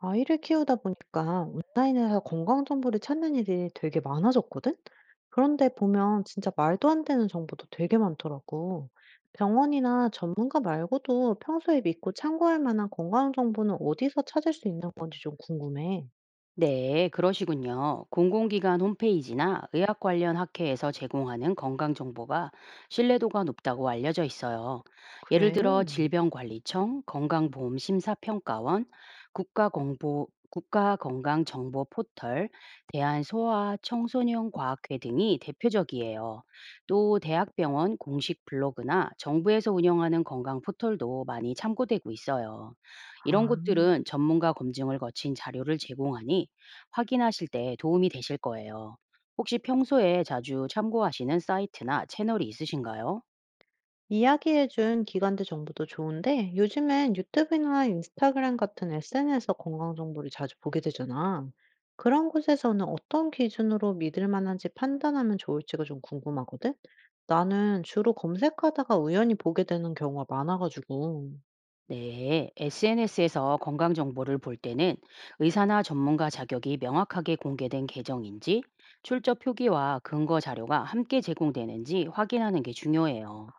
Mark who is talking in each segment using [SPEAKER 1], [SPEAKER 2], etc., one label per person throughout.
[SPEAKER 1] 아이를 키우다 보니까 온라인에서 건강 정보를 찾는 일이 되게 많아졌거든? 그런데 보면 진짜 말도 안 되는 정보도 되게 많더라고. 병원이나 전문가 말고도 평소에 믿고 참고할 만한 건강 정보는 어디서 찾을 수 있는 건지 좀 궁금해.
[SPEAKER 2] 네, 그러시군요. 공공기관 홈페이지나 의학 관련 학회에서 제공하는 건강 정보가 신뢰도가 높다고 알려져 있어요. 예를
[SPEAKER 1] 그래?
[SPEAKER 2] 들어 질병관리청, 건강보험심사평가원, 국가공보, 국가건강정보포털, 대한소아 청소년과학회 등이 대표적이에요. 또 대학병원 공식 블로그나 정부에서 운영하는 건강 포털도 많이 참고되고 있어요. 이런
[SPEAKER 1] 아.
[SPEAKER 2] 곳들은 전문가 검증을 거친 자료를 제공하니 확인하실 때 도움이 되실 거예요. 혹시 평소에 자주 참고하시는 사이트나 채널이 있으신가요?
[SPEAKER 1] 이야기해준 기관들 정보도 좋은데 요즘엔 유튜브나 인스타그램 같은 SNS 건강 정보를 자주 보게 되잖아. 그런 곳에서는 어떤 기준으로 믿을 만한지 판단하면 좋을지가 좀 궁금하거든? 나는 주로 검색하다가 우연히 보게 되는 경우가 많아가지고.
[SPEAKER 2] 네, SNS에서 건강 정보를 볼 때는 의사나 전문가 자격이 명확하게 공개된 계정인지 출처 표기와 근거 자료가 함께 제공되는지 확인하는 게 중요해요.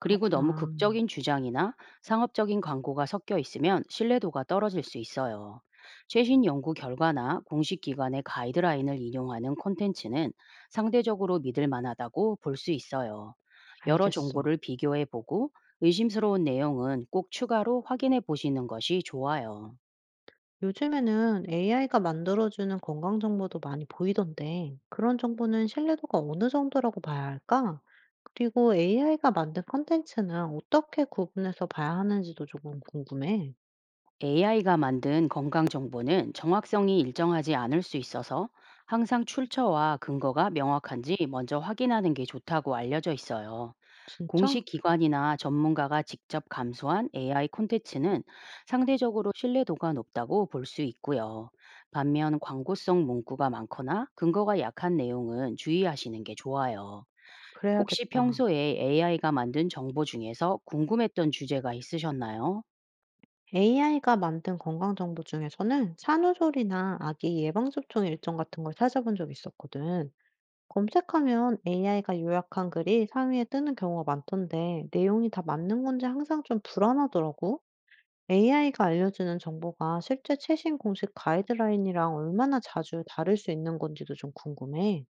[SPEAKER 2] 그리고 너무 극적인 주장이나 상업적인 광고가 섞여 있으면 신뢰도가 떨어질 수 있어요. 최신 연구 결과나 공식 기관의 가이드라인을 인용하는 콘텐츠는 상대적으로 믿을 만하다고 볼 수 있어요. 여러
[SPEAKER 1] 알겠어.
[SPEAKER 2] 정보를 비교해 보고 의심스러운 내용은 꼭 추가로 확인해 보시는 것이 좋아요.
[SPEAKER 1] 요즘에는 AI가 만들어주는 건강 정보도 많이 보이던데, 그런 정보는 신뢰도가 어느 정도라고 봐야 할까? 그리고 AI가 만든 컨텐츠는 어떻게 구분해서 봐야 하는지도 조금 궁금해.
[SPEAKER 2] AI가 만든 건강 정보는 정확성이 일정하지 않을 수 있어서 항상 출처와 근거가 명확한지 먼저 확인하는 게 좋다고 알려져 있어요.
[SPEAKER 1] 진짜?
[SPEAKER 2] 공식 기관이나 전문가가 직접 감수한 AI 콘텐츠는 상대적으로 신뢰도가 높다고 볼 수 있고요. 반면 광고성 문구가 많거나 근거가 약한 내용은 주의하시는 게 좋아요. 혹시
[SPEAKER 1] 그래야겠다.
[SPEAKER 2] 평소에 AI가 만든 정보 중에서 궁금했던 주제가 있으셨나요?
[SPEAKER 1] AI가 만든 건강 정보 중에서는 산후조리나 아기 예방접종 일정 같은 걸 찾아본 적 있었거든. 검색하면 AI가 요약한 글이 상위에 뜨는 경우가 많던데, 내용이 다 맞는 건지 항상 좀 불안하더라고. AI가 알려주는 정보가 실제 최신 공식 가이드라인이랑 얼마나 자주 다를 수 있는 건지도 좀 궁금해.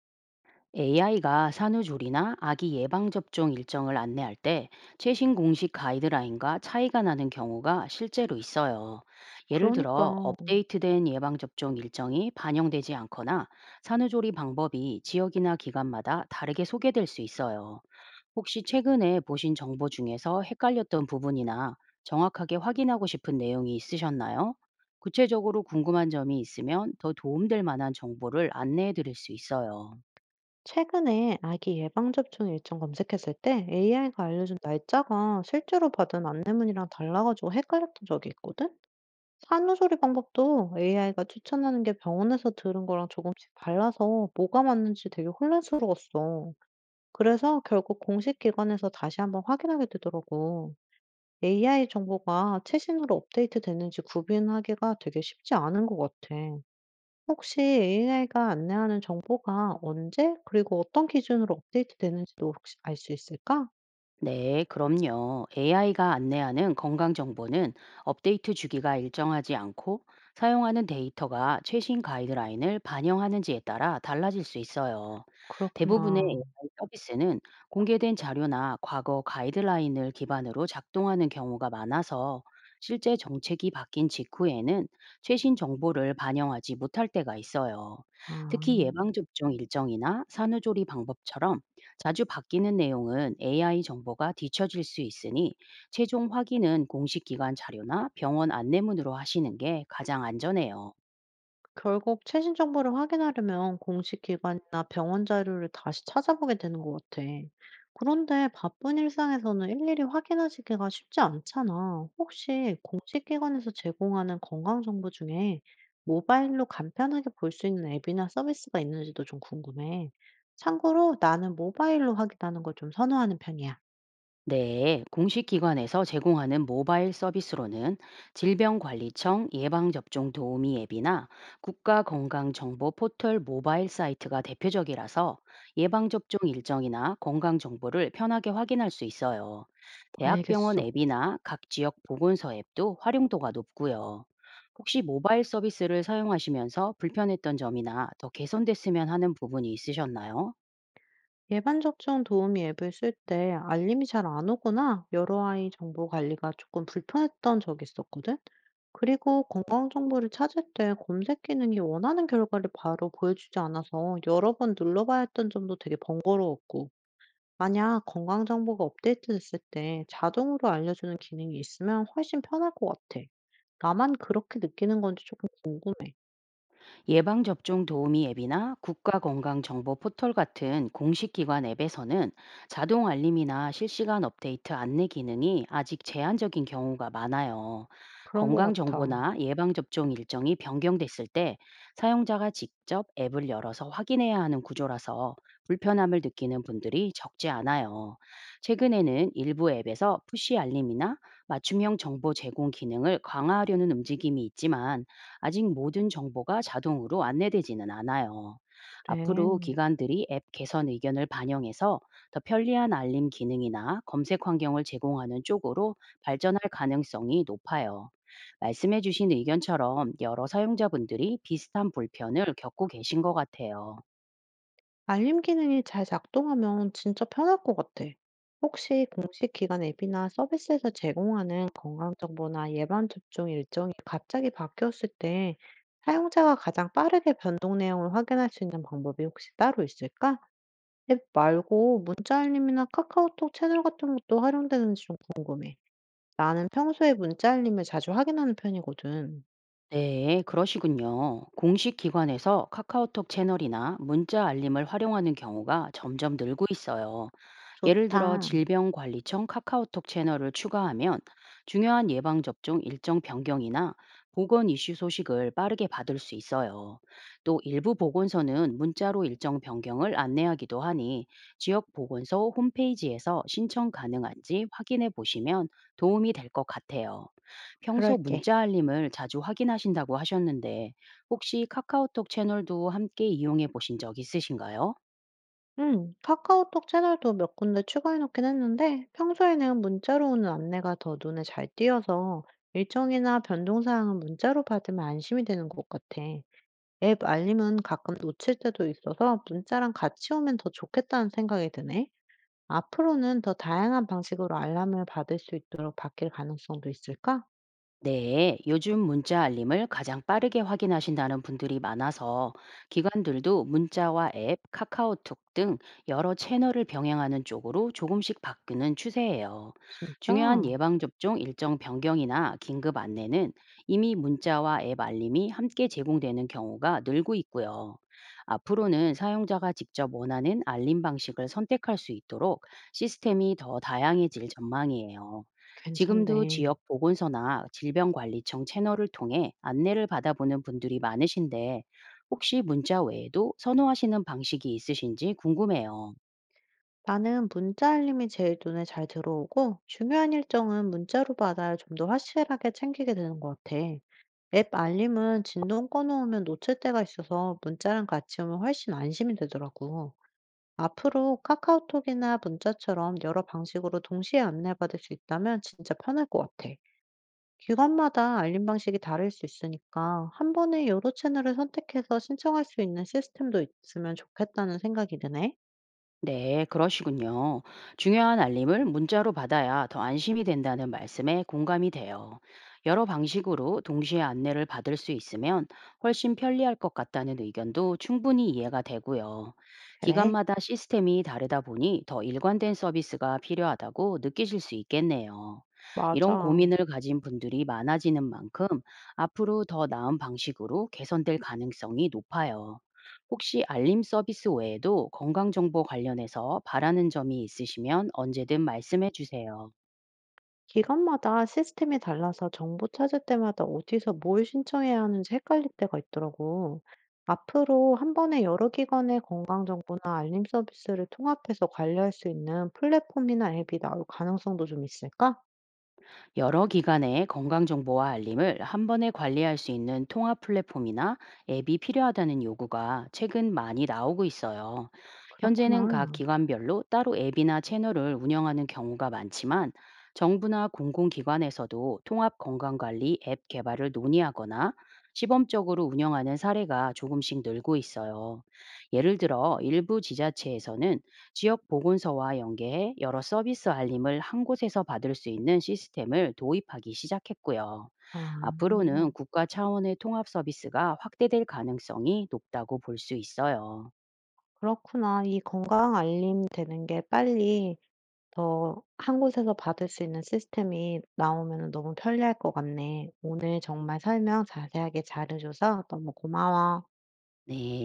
[SPEAKER 2] AI가 산후조리나 아기 예방접종 일정을 안내할 때 최신 공식 가이드라인과 차이가 나는 경우가 실제로 있어요. 예를
[SPEAKER 1] 그러니까
[SPEAKER 2] 들어 업데이트된 예방접종 일정이 반영되지 않거나 산후조리 방법이 지역이나 기관마다 다르게 소개될 수 있어요. 혹시 최근에 보신 정보 중에서 헷갈렸던 부분이나 정확하게 확인하고 싶은 내용이 있으셨나요? 구체적으로 궁금한 점이 있으면 더 도움될 만한 정보를 안내해 드릴 수 있어요.
[SPEAKER 1] 최근에 아기 예방접종 일정 검색했을 때 AI가 알려준 날짜가 실제로 받은 안내문이랑 달라가지고 헷갈렸던 적이 있거든? 산후조리 방법도 AI가 추천하는 게 병원에서 들은 거랑 조금씩 달라서 뭐가 맞는지 되게 혼란스러웠어. 그래서 결국 공식 기관에서 다시 한번 확인하게 되더라고. AI 정보가 최신으로 업데이트되는지 구분하기가 되게 쉽지 않은 것 같아. 혹시 AI가 안내하는 정보가 언제, 그리고 어떤 기준으로 업데이트되는지도 혹시 알 수 있을까?
[SPEAKER 2] 네, 그럼요. AI가 안내하는 건강 정보는 업데이트 주기가 일정하지 않고, 사용하는 데이터가 최신 가이드라인을 반영하는지에 따라 달라질 수 있어요. 대부분의
[SPEAKER 1] 그렇구나.
[SPEAKER 2] AI 서비스는 공개된 자료나 과거 가이드라인을 기반으로 작동하는 경우가 많아서, 실제 정책이 바뀐 직후에는 최신 정보를 반영하지 못할 때가 있어요.
[SPEAKER 1] 아.
[SPEAKER 2] 특히 예방접종 일정이나 산후조리 방법처럼 자주 바뀌는 내용은 AI 정보가 뒤처질 수 있으니, 최종 확인은 공식 기관 자료나 병원 안내문으로 하시는 게 가장 안전해요.
[SPEAKER 1] 결국 최신 정보를 확인하려면 공식 기관이나 병원 자료를 다시 찾아보게 되는 것 같아. 그런데 바쁜 일상에서는 일일이 확인하시기가 쉽지 않잖아. 혹시 공식 기관에서 제공하는 건강 정보 중에 모바일로 간편하게 볼 수 있는 앱이나 서비스가 있는지도 좀 궁금해. 참고로 나는 모바일로 확인하는 걸 좀 선호하는 편이야.
[SPEAKER 2] 네, 공식 기관에서 제공하는 모바일 서비스로는 질병관리청 예방접종 도우미 앱이나 국가건강정보 포털 모바일 사이트가 대표적이라서, 예방접종 일정이나 건강 정보를 편하게 확인할 수 있어요. 대학병원
[SPEAKER 1] 알겠어.
[SPEAKER 2] 앱이나 각 지역 보건소 앱도 활용도가 높고요. 혹시 모바일 서비스를 사용하시면서 불편했던 점이나 더 개선됐으면 하는 부분이 있으셨나요?
[SPEAKER 1] 예방 접종 도우미 앱을 쓸 때 알림이 잘 안 오거나 여러 아이 정보 관리가 조금 불편했던 적이 있었거든? 그리고 건강 정보를 찾을 때 검색 기능이 원하는 결과를 바로 보여주지 않아서 여러 번 눌러봐야 했던 점도 되게 번거로웠고, 만약 건강 정보가 업데이트 됐을 때 자동으로 알려주는 기능이 있으면 훨씬 편할 것 같아. 나만 그렇게 느끼는 건지 조금 궁금해.
[SPEAKER 2] 예방접종 도우미 앱이나 국가건강정보 포털 같은 공식기관 앱에서는 자동 알림이나 실시간 업데이트 안내 기능이 아직 제한적인 경우가 많아요.
[SPEAKER 1] 그런 것 같아.
[SPEAKER 2] 건강정보나 예방접종 일정이 변경됐을 때 사용자가 직접 앱을 열어서 확인해야 하는 구조라서, 불편함을 느끼는 분들이 적지 않아요. 최근에는 일부 앱에서 푸시 알림이나 맞춤형 정보 제공 기능을 강화하려는 움직임이 있지만, 아직 모든 정보가 자동으로 안내되지는 않아요.
[SPEAKER 1] 그래.
[SPEAKER 2] 앞으로 기관들이 앱 개선 의견을 반영해서 더 편리한 알림 기능이나 검색 환경을 제공하는 쪽으로 발전할 가능성이 높아요. 말씀해주신 의견처럼 여러 사용자분들이 비슷한 불편을 겪고 계신 것 같아요.
[SPEAKER 1] 알림 기능이 잘 작동하면 진짜 편할 것 같아. 혹시 공식 기관 앱이나 서비스에서 제공하는 건강 정보나 예방 접종 일정이 갑자기 바뀌었을 때 사용자가 가장 빠르게 변동 내용을 확인할 수 있는 방법이 혹시 따로 있을까? 앱 말고 문자 알림이나 카카오톡 채널 같은 것도 활용되는지 좀 궁금해. 나는 평소에 문자 알림을 자주 확인하는 편이거든.
[SPEAKER 2] 네, 그러시군요. 공식 기관에서 카카오톡 채널이나 문자 알림을 활용하는 경우가 점점 늘고 있어요. 예를 들어
[SPEAKER 1] 좋다.
[SPEAKER 2] 질병관리청 카카오톡 채널을 추가하면 중요한 예방접종 일정 변경이나 보건 이슈 소식을 빠르게 받을 수 있어요. 또 일부 보건소는 문자로 일정 변경을 안내하기도 하니, 지역 보건소 홈페이지에서 신청 가능한지 확인해 보시면 도움이 될 것 같아요. 평소
[SPEAKER 1] 그럴게.
[SPEAKER 2] 문자 알림을 자주 확인하신다고 하셨는데, 혹시 카카오톡 채널도 함께 이용해 보신 적 있으신가요?
[SPEAKER 1] 카카오톡 채널도 몇 군데 추가해놓긴 했는데, 평소에는 문자로 오는 안내가 더 눈에 잘 띄어서 일정이나 변동사항은 문자로 받으면 안심이 되는 것 같아. 앱 알림은 가끔 놓칠 때도 있어서 문자랑 같이 오면 더 좋겠다는 생각이 드네. 앞으로는 더 다양한 방식으로 알람을 받을 수 있도록 바뀔 가능성도 있을까?
[SPEAKER 2] 네, 요즘 문자 알림을 가장 빠르게 확인하신다는 분들이 많아서, 기관들도 문자와 앱, 카카오톡 등 여러 채널을 병행하는 쪽으로 조금씩 바꾸는 추세예요.
[SPEAKER 1] 진짜?
[SPEAKER 2] 중요한 예방접종 일정 변경이나 긴급 안내는 이미 문자와 앱 알림이 함께 제공되는 경우가 늘고 있고요. 앞으로는 사용자가 직접 원하는 알림 방식을 선택할 수 있도록 시스템이 더 다양해질 전망이에요. 지금도
[SPEAKER 1] 괜찮네.
[SPEAKER 2] 지역 보건소나 질병관리청 채널을 통해 안내를 받아보는 분들이 많으신데, 혹시 문자 외에도 선호하시는 방식이 있으신지 궁금해요.
[SPEAKER 1] 나는 문자 알림이 제일 눈에 잘 들어오고, 중요한 일정은 문자로 받아야 좀 더 확실하게 챙기게 되는 것 같아. 앱 알림은 진동 꺼놓으면 놓칠 때가 있어서 문자랑 같이 오면 훨씬 안심이 되더라고. 앞으로 카카오톡이나 문자처럼 여러 방식으로 동시에 안내받을 수 있다면 진짜 편할 것 같아. 기관마다 알림 방식이 다를 수 있으니까 한 번에 여러 채널을 선택해서 신청할 수 있는 시스템도 있으면 좋겠다는 생각이 드네.
[SPEAKER 2] 네, 그러시군요. 중요한 알림을 문자로 받아야 더 안심이 된다는 말씀에 공감이 돼요. 여러 방식으로 동시에 안내를 받을 수 있으면 훨씬 편리할 것 같다는 의견도 충분히 이해가 되고요.
[SPEAKER 1] 그래,
[SPEAKER 2] 기관마다 시스템이 다르다 보니 더 일관된 서비스가 필요하다고 느끼실 수 있겠네요. 이런
[SPEAKER 1] 맞아.
[SPEAKER 2] 고민을 가진 분들이 많아지는 만큼 앞으로 더 나은 방식으로 개선될 가능성이 높아요. 혹시 알림 서비스 외에도 건강 정보 관련해서 바라는 점이 있으시면 언제든 말씀해 주세요.
[SPEAKER 1] 기관마다 시스템이 달라서 정보 찾을 때마다 어디서 뭘 신청해야 하는지 헷갈릴 때가 있더라고. 앞으로 한 번에 여러 기관의 건강정보나 알림 서비스를 통합해서 관리할 수 있는 플랫폼이나 앱이 나올 가능성도 좀 있을까?
[SPEAKER 2] 여러 기관의 건강 정보와 알림을 한 번에 관리할 수 있는 통합 플랫폼이나 앱이 필요하다는 요구가 최근 많이 나오고 있어요. 현재는 각
[SPEAKER 1] 그렇구나.
[SPEAKER 2] 기관별로 따로 앱이나 채널을 운영하는 경우가 많지만, 정부나 공공기관에서도 통합 건강관리 앱 개발을 논의하거나 시범적으로 운영하는 사례가 조금씩 늘고 있어요. 예를 들어 일부 지자체에서는 지역 보건소와 연계해 여러 서비스 알림을 한 곳에서 받을 수 있는 시스템을 도입하기 시작했고요.
[SPEAKER 1] 아,
[SPEAKER 2] 앞으로는 국가 차원의 통합 서비스가 확대될 가능성이 높다고 볼 수 있어요.
[SPEAKER 1] 그렇구나. 이 건강 알림 되는 게 빨리 더 한 곳에서 받을 수 있는 시스템이 나오면 너무 편리할 것 같네. 오늘 정말 설명 자세하게 잘해줘서 너무 고마워.
[SPEAKER 2] 네.